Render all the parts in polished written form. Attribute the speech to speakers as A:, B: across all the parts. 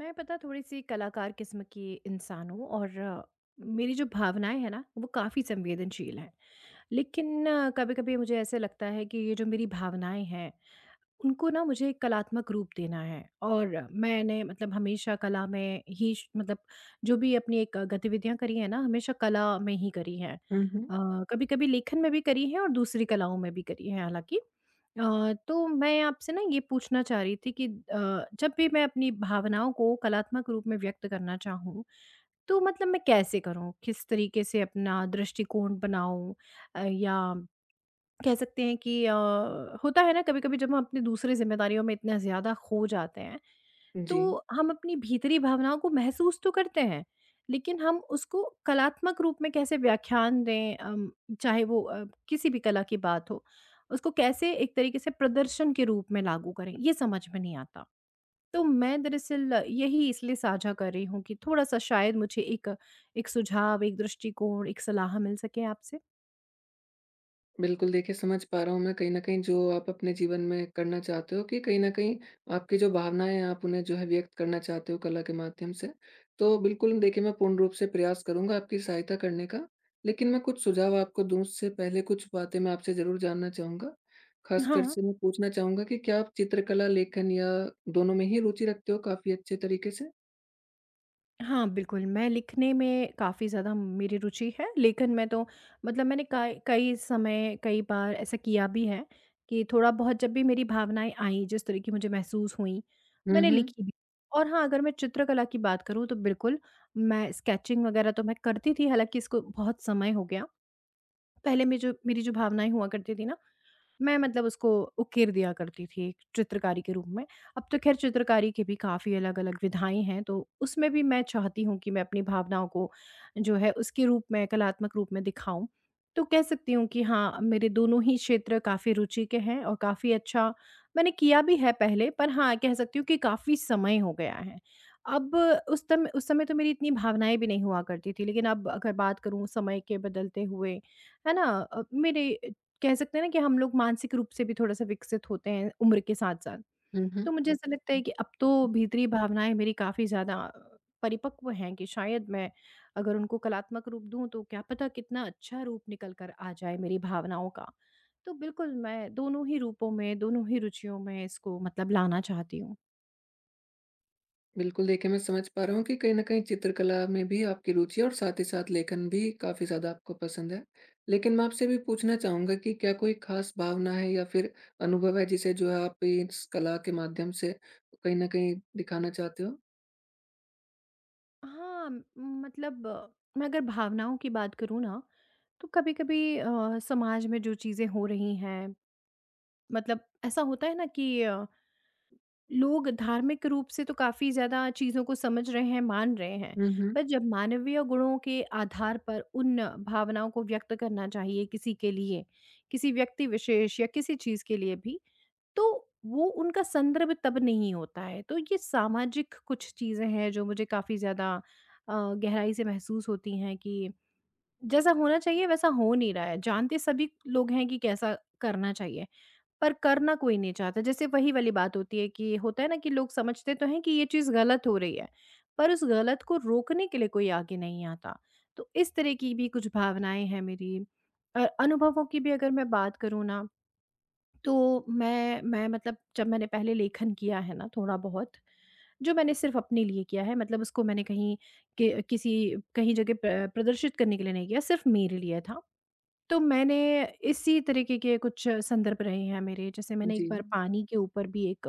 A: मैं पता थोड़ी-सी कलाकार किस्म की इंसान हूँ और मेरी जो भावनाएँ हैं ना, वो काफ़ी संवेदनशील हैं। लेकिन कभी-कभी मुझे ऐसे लगता है कि ये जो मेरी भावनाएँ हैं उनको ना मुझे एक कलात्मक रूप देना है और मैंने मतलब हमेशा कला में ही मतलब जो भी अपनी एक गतिविधियां करी है ना हमेशा कला में ही करी है
B: हुँ, हुँ।
A: कभी कभी लेखन में भी करी है और दूसरी कलाओं में भी करी है हालांकि तो मैं आपसे ना ये पूछना चाह रही थी कि जब भी मैं अपनी भावनाओं को कलात्मक रूप में व्यक्त करना चाहूँ तो मतलब मैं कैसे करूँ किस तरीके से अपना दृष्टिकोण बनाऊँ या कह सकते हैं कि होता है ना कभी-कभी जब हम अपनी दूसरी ज़िम्मेदारियों में इतना ज़्यादा खो जाते हैं,
B: जी,
A: तो हम अपनी भीतरी भावनाओं को महसूस तो करते हैं, लेकिन हम उसको कलात्मक रूप में कैसे व्याख्यान दें, चाहे वो किसी भी कला की बात हो, उसको कैसे एक तरीके से प्रदर्शन के रूप में लागू करें, ये समझ में नहीं आता। तो मैं दरअसल यही इसलिए साझा कर रही हूँ कि थोड़ा-सा शायद मुझे एक एक सुझाव, एक दृष्टिकोण, एक सलाह मिल सके आपसे।
B: बिल्कुल देखिए समझ पा रहा हूँ मैं कहीं न कहीं जो आप अपने जीवन में करना चाहते हो कि कहीं न कहीं आपकी जो भावनाएँ हैं आप उन्हें जो है व्यक्त करना चाहते हो कला के माध्यम से। तो बिल्कुल देखिए मैं पूर्ण रूप से प्रयास करूँगा आपकी सहायता करने का। लेकिन मैं कुछ सुझाव आपको दूँ उससे पहले कुछ बातें मैं आपसे ज़रूर जानना चाहूँगा। ख़ासकर
A: हाँ।
B: से मैं पूछना चाहूँगा कि क्या आप चित्रकला, लेखन या दोनों में ही रुचि रखते हो काफ़ी अच्छे तरीके से?
A: हाँ, बिल्कुल, मैं लिखने में काफ़ी ज़्यादा मेरी रुचि है, लेकिन मैं तो मतलब मैंने कई कई समय, कई बार ऐसा किया भी है कि थोड़ा-बहुत जब भी मेरी भावनाएँ आईं, जिस तरह की मुझे महसूस हुईं,
B: हुँ,
A: मैंने
B: हुँ।
A: लिखी भी। और हाँ, अगर मैं चित्रकला की बात करूँ तो बिल्कुल, मैं स्केचिंग वग़ैरह तो मैं करती थी, हालाँकि इसको बहुत समय हो गया। पहले में जो मेरी जो भावनाएँ हुआ करती थी ना, मैं मतलब उसको उकेर दिया करती थी एक चित्रकारी के रूप में। अब तो ख़ैर चित्रकारी के भी काफ़ी अलग-अलग विधाएँ हैं, तो उसमें भी मैं चाहती हूँ कि मैं अपनी भावनाओं को जो है उसके रूप में कलात्मक रूप में दिखाऊँ। तो कह सकती हूँ कि हाँ, मेरे दोनों ही क्षेत्र काफ़ी रुचि के हैं और काफ़ी अच्छा मैंने किया भी है पहले, पर हाँ, कह सकती हूँ कि काफ़ी समय हो गया है। अब उस समय तो मेरी इतनी भावनाएँ भी नहीं हुआ करती थी, लेकिन अब अगर बात करूँ समय के बदलते हुए, है ना? मेरे कह सकते हैं ना कि हम लोग मानसिक रूप से भी थोड़ा-सा विकसित होते हैं उम्र के साथ-साथ।
B: हुँ,
A: तो
B: हुँ।
A: मुझे हुँ। ऐसा लगता है कि अब तो भीतरी भावनाएँ मेरी काफ़ी ज़्यादा परिपक्व हैं कि शायद मैं अगर उनको कलात्मक रूप दूँ तो क्या पता कितना अच्छा रूप निकल कर आ जाए मेरी भावनाओं का। तो बिल्कुल मैं दोनों ही रूपों में, दोनों ही रुचियों में इसको मतलब लाना चाहती हूँ।
B: बिल्कुल, देखिए मैं समझ पा रहा हूँ कि कहीं न कहीं चित्रकला में भी आपकी रुचि है और साथ ही साथ लेखन भी काफ़ी ज़्यादा आपको पसंद है। लेकिन मैं आपसे भी पूछना चाहूँगा कि क्या कोई ख़ास भावना है या फिर अनुभव है जिसे जो है आप इस कला के माध्यम से कहीं न कहीं दिखाना चाहते हो?
A: हाँ, मतलब मैं अगर भावनाओं की बात करूँ ना, तो कभी-कभी समाज में जो चीज़ें हो रही हैं मतलब ऐसा होता है ना कि लोग धार्मिक रूप से तो काफ़ी ज़्यादा चीज़ों को समझ रहे हैं, मान रहे हैं,
B: हुँ, हुँ।
A: पर जब मानवीय गुणों के आधार पर उन भावनाओं को व्यक्त करना चाहिए किसी के लिए, किसी व्यक्ति विशेष या किसी चीज़ के लिए भी, तो वो उनका संदर्भ तब नहीं होता है। तो ये सामाजिक कुछ चीज़ें हैं जो मुझे काफ़ी ज़्यादा गहराई से महसूस होती हैं कि जैसा होना चाहिए वैसा हो नहीं रहा है। जानते सभी लोग हैं कि कैसा करना चाहिए। पर करना कोई नहीं चाहता। जैसे वही वाली बात होती है कि होता है ना कि लोग समझते तो हैं कि ये चीज़ गलत हो रही है, पर उस गलत को रोकने के लिए कोई आगे नहीं आता। तो इस तरह की भी कुछ भावनाएँ हैं मेरी। अनुभवों की भी अगर मैं बात करूँ ना, तो मैं मतलब जब मैंने पहले लेखन किया है ना थोड़ा-बहुत, जो मैंने सिर्फ़ अपने लिए किया है, मतलब उसको मैंने कहीं के किसी कहीं जगह प्रदर्शित करने के लिए नहीं किया, सिर्फ़ मेरे लिए था। तो मैंने इसी तरीके के कुछ संदर्भ रहे हैं मेरे। जैसे मैंने एक
B: जी।
A: बार पानी के ऊपर भी एक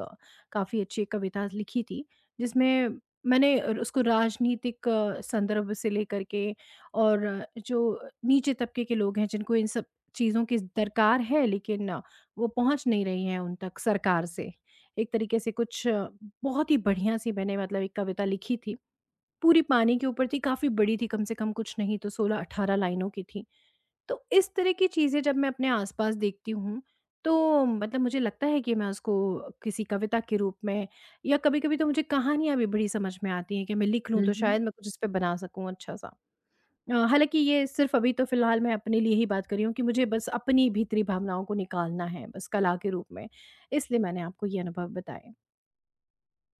A: काफ़ी अच्छी एक कविता लिखी थी, जिसमें मैंने उसको राजनीतिक संदर्भ से लेकर के और जो नीचे तबके के लोग हैं, जिनको इन सब चीज़ों की दरकार है, लेकिन वो पहुँच नहीं रही है उन तक सरकार से। एक तरीके से बहुत ही बढ़िया-सी मैंने मतलब एक कविता लिखी थी। पूरी पानी के ऊपर थी, काफ़ी बड़ी थी, कम से कम कुछ नहीं तो 16-18 लाइनों की थी। तो इस तरह की चीज़ें जब मैं अपने आसपास देखती हूँ, तो मतलब मुझे लगता है कि मैं उसको किसी कविता के रूप में या कभी-कभी तो मुझे कहानियाँ भी बड़ी समझ में आती हैं कि मैं लिख लूँ
B: हुँ,
A: तो शायद
B: हुँ।
A: मैं कुछ इस पे बना सकूँ अच्छा-सा। हालाँकि ये सिर्फ़ अभी तो फ़िलहाल मैं अपने लिए ही बात कर रही हूँ कि मुझे बस अपनी भीतरी भावनाओं को निकालना है बस कला के रूप में, इसलिए मैंने आपको ये अनुभव बताए।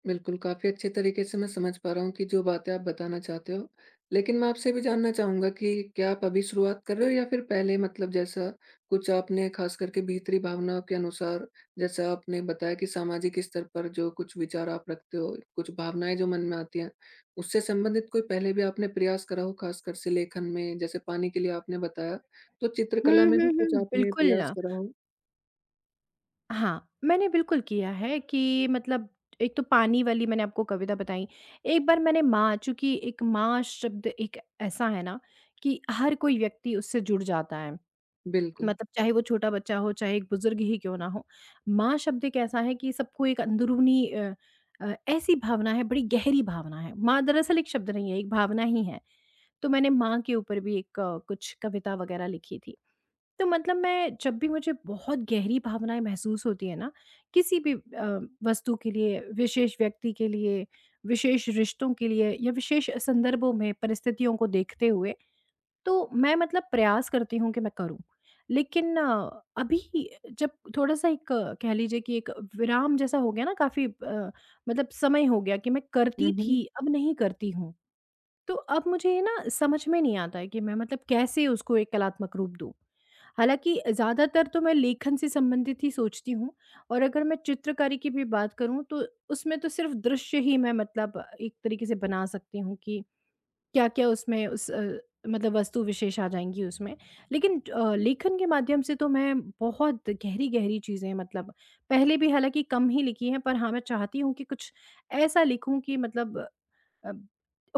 B: बिल्कुल, काफ़ी अच्छे तरीके से मैं समझ पा रहा हूँ कि जो बातें आप बताना चाहते हो। लेकिन मैं आपसे भी जानना चाहूँगा कि क्या आप अभी शुरुआत कर रहे हो या फिर पहले मतलब जैसा कुछ आपने ख़ास करके भीतरी भावनाओं के अनुसार जैसा आपने बताया कि सामाजिक स्तर पर जो कुछ विचार आप रखते हो, कुछ भावनाएँ जो मन में आती हैं, उससे संबंधित कोई पहले भी आपने प्रयास करा हो ख़ासकर से लेखन में जैसे पानी के लिए आपने बताया, तो
A: हुँ,
B: चित्रकला में भी
A: हुँ,
B: कुछ
A: हुँ,
B: आपने
A: बिल्कुल।
B: प्रयास करा हो?
A: हाँ, मैंने बिल्कुल किया है कि मतलब एक तो पानी वाली मैंने आपको कविता बताई। एक बार मैंने माँ चूँकि एक माँ शब्द एक ऐसा है ना कि हर कोई व्यक्ति उससे जुड़ जाता है।
B: बिल्कुल।
A: मतलब चाहे वो छोटा बच्चा हो, चाहे एक बुज़ुर्ग ही क्यों ना हो। माँ शब्द एक ऐसा है कि सबको एक अंदरूनी ऐसी भावना है, बड़ी गहरी भावना है। माँ दरअसल एक शब्द नहीं है, एक भावना ही है। तो मैंने माँ के ऊपर भी एक कुछ कविता वग़ैरह लिखी थी। तो मतलब मैं जब भी मुझे बहुत गहरी भावनाएँ महसूस होती हैं ना, किसी भी वस्तु के लिए, विशेष व्यक्ति के लिए, विशेष रिश्तों के लिए या विशेष संदर्भों में परिस्थितियों को देखते हुए, तो मैं मतलब प्रयास करती हूँ कि मैं करूँ। लेकिन अभी जब थोड़ा-सा एक कह लीजिए कि एक विराम जैसा हो गया ना मतलब समय हो गया कि मैं
B: हुँ,
A: करती थी,
B: हुँ।
A: अब नहीं करती हूँ। तो अब मुझे ये ना समझ में नहीं आता है कि मैं मतलब कैसे उसको एक कलात्मक रूप दूँ। हालाँकि ज़्यादातर तो मैं लेखन से संबंधित ही सोचती हूँ और अगर मैं चित्रकारी की भी बात करूँ तो उसमें तो सिर्फ़ दृश्य ही मैं मतलब एक तरीके से बना सकती हूँ कि क्या-क्या उसमें उस मतलब वस्तु विशेष आ जाएँगी उसमें। लेकिन लेखन के माध्यम से तो मैं बहुत गहरी-गहरी चीज़ें मतलब पहले भी हालाँकि कम ही लिखी हैं पर हाँ, मैं चाहती हूँ कि कुछ ऐसा लिखूँ कि मतलब अ,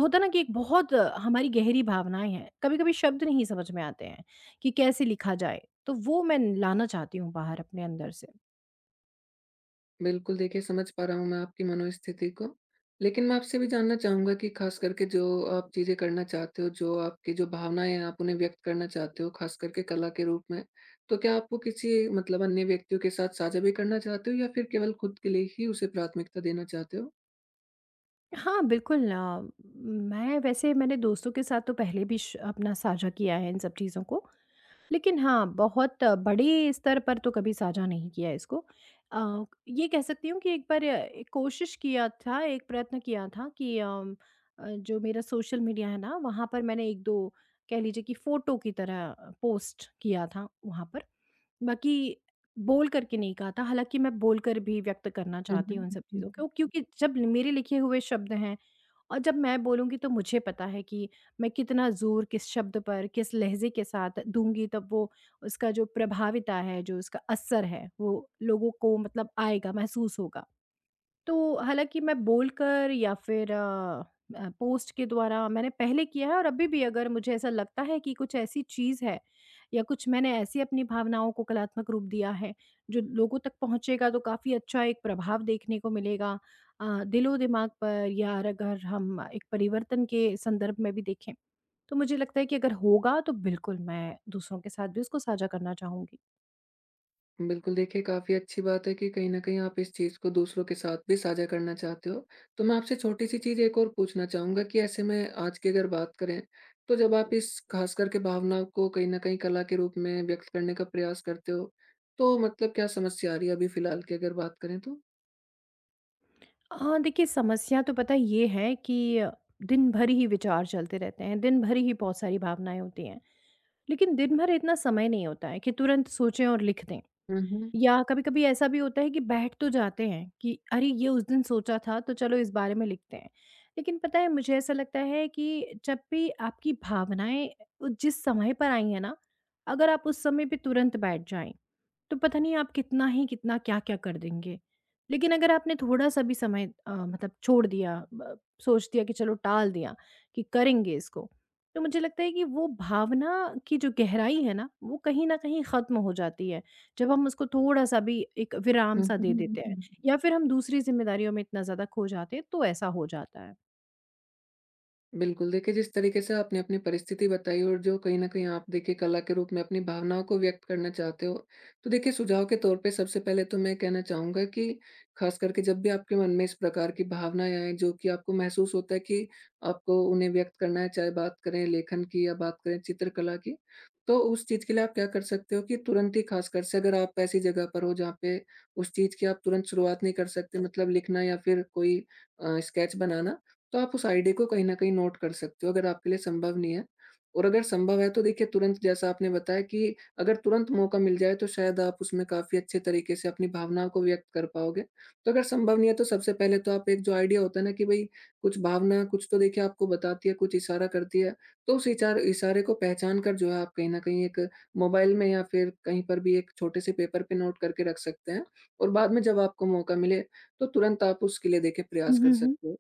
A: होता ना कि एक बहुत हमारी गहरी भावनाएँ हैं, कभी-कभी शब्द नहीं समझ में आते हैं कि कैसे लिखा जाए, तो वो मैं लाना चाहती हूँ बाहर अपने अंदर से।
B: बिल्कुल, देखिए समझ पा रहा हूँ मैं आपकी मनोस्थिति को। लेकिन मैं आपसे भी जानना चाहूँगा कि ख़ास करके जो आप चीज़ें करना चाहते हो, जो आपकी जो भावनाएँ हैं, आप उन्हें व्यक्त करना चाहते हो, ख़ास करके कला के रूप में। तो क्या आप वो किसी मतलब अन्य व्यक्तियों के साथ साझा भी करना चाहते हो या फिर केवल खुद के लिए ही उसे प्राथमिकता देना चाहते हो?
A: हाँ, बिल्कुल, मैं वैसे मैंने दोस्तों के साथ तो पहले भी श अपना साझा किया है इन सब चीज़ों को लेकिन हाँ, बहुत बड़े स्तर पर तो कभी साझा नहीं किया इसको। ये कह सकती हूँ कि एक बार एक कोशिश किया था, एक प्रयत्न किया था कि जो मेरा सोशल मीडिया है ना, वहाँ पर मैंने 1-2 कह लीजिए कि फ़ोटो की तरह पोस्ट किया था वहाँ पर। बाकी बोल कर के नहीं कहा था, हालाँकि मैं बोल कर भी व्यक्त करना
B: हुँ,
A: चाहती हूँ उन
B: हुँ,
A: सब
B: हुँ।
A: चीज़ों को क्योंकि जब मेरे लिखे हुए शब्द हैं और जब मैं बोलूँगी तो मुझे पता है कि मैं कितना ज़ोर किस शब्द पर, किस लहज़े के साथ दूँगी तब वो उसका जो प्रभाविता है, जो उसका असर है, वो लोगों को मतलब आएगा, महसूस होगा। तो हालाँकि मैं बोलकर या फिर पोस्ट के द्वारा मैंने पहले किया है और अभी भी अगर मुझे ऐसा लगता है कि कुछ ऐसी चीज़ है या कुछ मैंने ऐसी अपनी भावनाओं को कलात्मक रूप दिया है, जो लोगों तक पहुँचेगा तो काफ़ी अच्छा एक प्रभाव देखने को मिलेगा दिलो-दिमाग पर या अर अगर हम एक परिवर्तन के संदर्भ में भी देखें, तो मुझे लगता है कि अगर होगा तो बिल्कुल मैं दूसरों के साथ भी उसको साझा करना चाहूँगी।
B: बिल्कुल, देखिए काफ़ी अच्छी बात है कि कहीं न कहीं आप इस चीज़ को दूसरों के साथ भी साझा करना चाहते हो। तो मैं आपसे छोटी-सी चीज़ एक और पूछना चाहूँगा कि ऐसे में आज की अगर बात करें, तो जब आप इस ख़ास करके भावना को कहीं न कहीं कला के रूप में व्यक्त करने का प्रयास करते हो, तो मतलब क्या समस्या आ रही है अभी फ़िलहाल की अगर बात करें तो?
A: हाँ, देखिए समस्या तो पता ये है कि दिन भर ही विचार चलते रहते हैं, दिन भर ही बहुत सारी भावनाएँ होती हैं। लेकिन दिन भर इतना समय नहीं होता है कि तुरंत सोचें और लिख दें।
B: हुँ, हुँ।
A: या कभी-कभी ऐसा भी होता है कि बैठ तो जाते हैं कि अरे! ये उस दिन सोचा था तो चलो इस बारे में लिखते हैं। लेकिन पता है मुझे ऐसा लगता है कि जब भी आपकी भावनाएँ जिस समय पर आई हैं ना, अगर आप उस समय पे तुरंत बैठ जाएँ तो पता नहीं आप कितना ही कितना क्या-क्या कर देंगे। लेकिन अगर आपने थोड़ा-सा भी समय, मतलब छोड़ दिया ब सोच दिया कि चलो टाल दिया कि करेंगे इसको, तो मुझे लगता है कि वो भावना की जो गहराई है ना, वो कहीं न कहीं ख़त्म हो जाती है। जब हम उसको थोड़ा-सा भी एक
B: हुँ,
A: विराम-सा दे देते हैं
B: हुँ।
A: या फिर हम दूसरी ज़िम्मेदारियों में इतना ज़्यादा खो जाते हैं, तो ऐसा हो जाता है।
B: बिल्कुल, देखिए जिस तरीके से आपने अपनी परिस्थिति बताई और जो कहीं न कहीं आप देखिए कला के रूप में अपनी भावनाओं को व्यक्त करना चाहते हो, तो देखिए सुझाव के तौर पे सबसे पहले तो मैं कहना चाहूँगा कि ख़ास करके जब भी आपके मन में इस प्रकार की भावनाएँ आएँ जो कि आपको महसूस होता है कि आपको उन्हें व्यक्त करना है, चाहे बात करें लेखन की या बात करें चित्रकला की, तो उस चीज़ के लिए आप क्या कर सकते हो कि तुरंत ही ख़ासकर से अगर आप ऐसी जगह पर हो जहाँ पे उस चीज़ की आप तुरंत शुरुआत नहीं कर सकते मतलब लिखना या फिर कोई स्केच बनाना, तो आप उस आईडी को कहीं न कहीं नोट कर सकते हो, अगर आपके लिए संभव नहीं है। और अगर संभव है तो देखिए तुरंत जैसा आपने बताया कि अगर तुरंत मौका मिल जाए तो शायद आप उसमें काफ़ी अच्छे तरीके से अपनी भावनाओं को व्यक्त कर पाओगे। तो अगर संभव नहीं है तो सबसे पहले तो आप एक जो आइडिया होता है ना कि भई कुछ भावना कुछ तो देखिए आपको बताती है, कुछ इशारा करती है। तो उस इचार इशारे को पहचान कर जो है आप कहीं न कहीं एक मोबाइल में या फिर कहीं पर भी एक छोटे-से पेपर पे नोट करके रख सकते हैं। और बाद में जब आपको मौका मिले तो तुरंत आप उसके लिए देखिए
A: हुँ,
B: प्रयास कर
A: हुँ, हुँ।
B: सकते हो।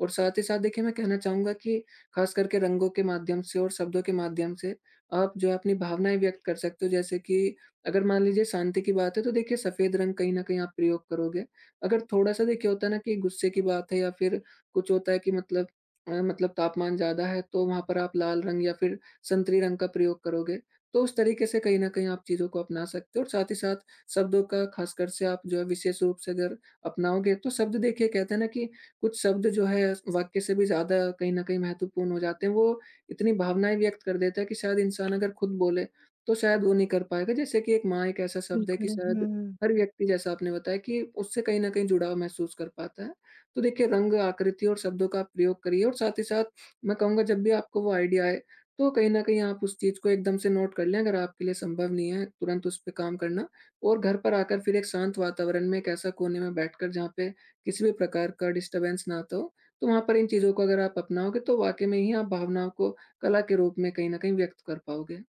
B: और साथ ही साथ देखिए मैं कहना चाहूँगा कि ख़ास करके रंगों के माध्यम से और शब्दों के माध्यम से आप जो है अपनी भावनाएँ व्यक्त कर सकते हो, जैसे कि अगर मान लीजिए शांति की बात है तो देखिए सफ़ेद रंग कहीं न कहीं आप प्रयोग करोगे। अगर थोड़ा-सा देखिए होता है ना कि गुस्से की बात है या फिर कुछ होता है कि मतलब मतलब तापमान ज़्यादा है, तो वहाँ पर आप लाल रंग या फिर संतरी रंग का प्रयोग करोगे। तो उस तरीके से कहीं न कहीं आप चीज़ों को अपना सकते हो और साथ ही साथ शब्दों का ख़ासकर से आप जो है विशेष रूप से अगर अपनाओगे तो शब्द देखिए कहते हैं ना कि कुछ शब्द जो है वाक्य से भी ज़्यादा कहीं न कहीं महत्वपूर्ण हो जाते हैं। वो इतनी भावनाएँ व्यक्त कर देता है कि शायद इंसान अगर खुद बोले, तो शायद वो नहीं कर पाएगा। जैसे कि एक माँ एक ऐसा शब्द है कि
A: बिल्कुल।
B: शायद
A: हुँ।
B: हर व्यक्ति जैसा आपने बताया कि उससे कहीं न कहीं जुड़ाव महसूस कर पाता है। तो देखिए रंग, आकृति और शब्दों का आप प्रयोग करिए और साथ ही साथ मैं कहूँगा, जब भी आपको वो आइडिया आए, तो कहीं न कहीं आप उस चीज़ को एकदम से नोट कर लें, अगर आपके लिए संभव नहीं है तुरंत उस पे काम करना। और घर पर आकर फिर एक शांत वातावरण में एक ऐसा कोने में बैठकर जहाँ पे किसी भी प्रकार का डिस्टर्बेंस ना आता हो। तो वहाँ पर इन चीज़ों को अगर आप अपनाओगे तो वाक़ई में ही आप भावनाओं को कला के रूप में कहीं न कहीं व्यक्त कर पाओगे।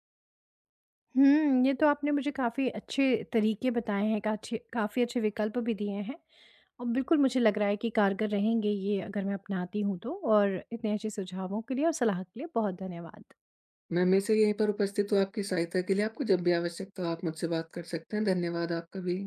A: हुँ, ये तो आपने मुझे काफ़ी अच्छे तरीके बताए हैं, काछे काफ़ी अच्छे विकल्प भी दिए हैं। और बिल्कुल मुझे लग रहा है कि कारगर रहेंगे ये अगर मैं अपनाती हूँ तो और इतने अच्छे सुझावों के लिए और सलाह के लिए बहुत धन्यवाद।
B: मैं हमेशा यहीं पर उपस्थित हूँ आपकी सहायता के लिए, आपको जब भी आवश्यकता हो आप मुझसे बात कर सकते हैं। धन्यवाद आपका भी।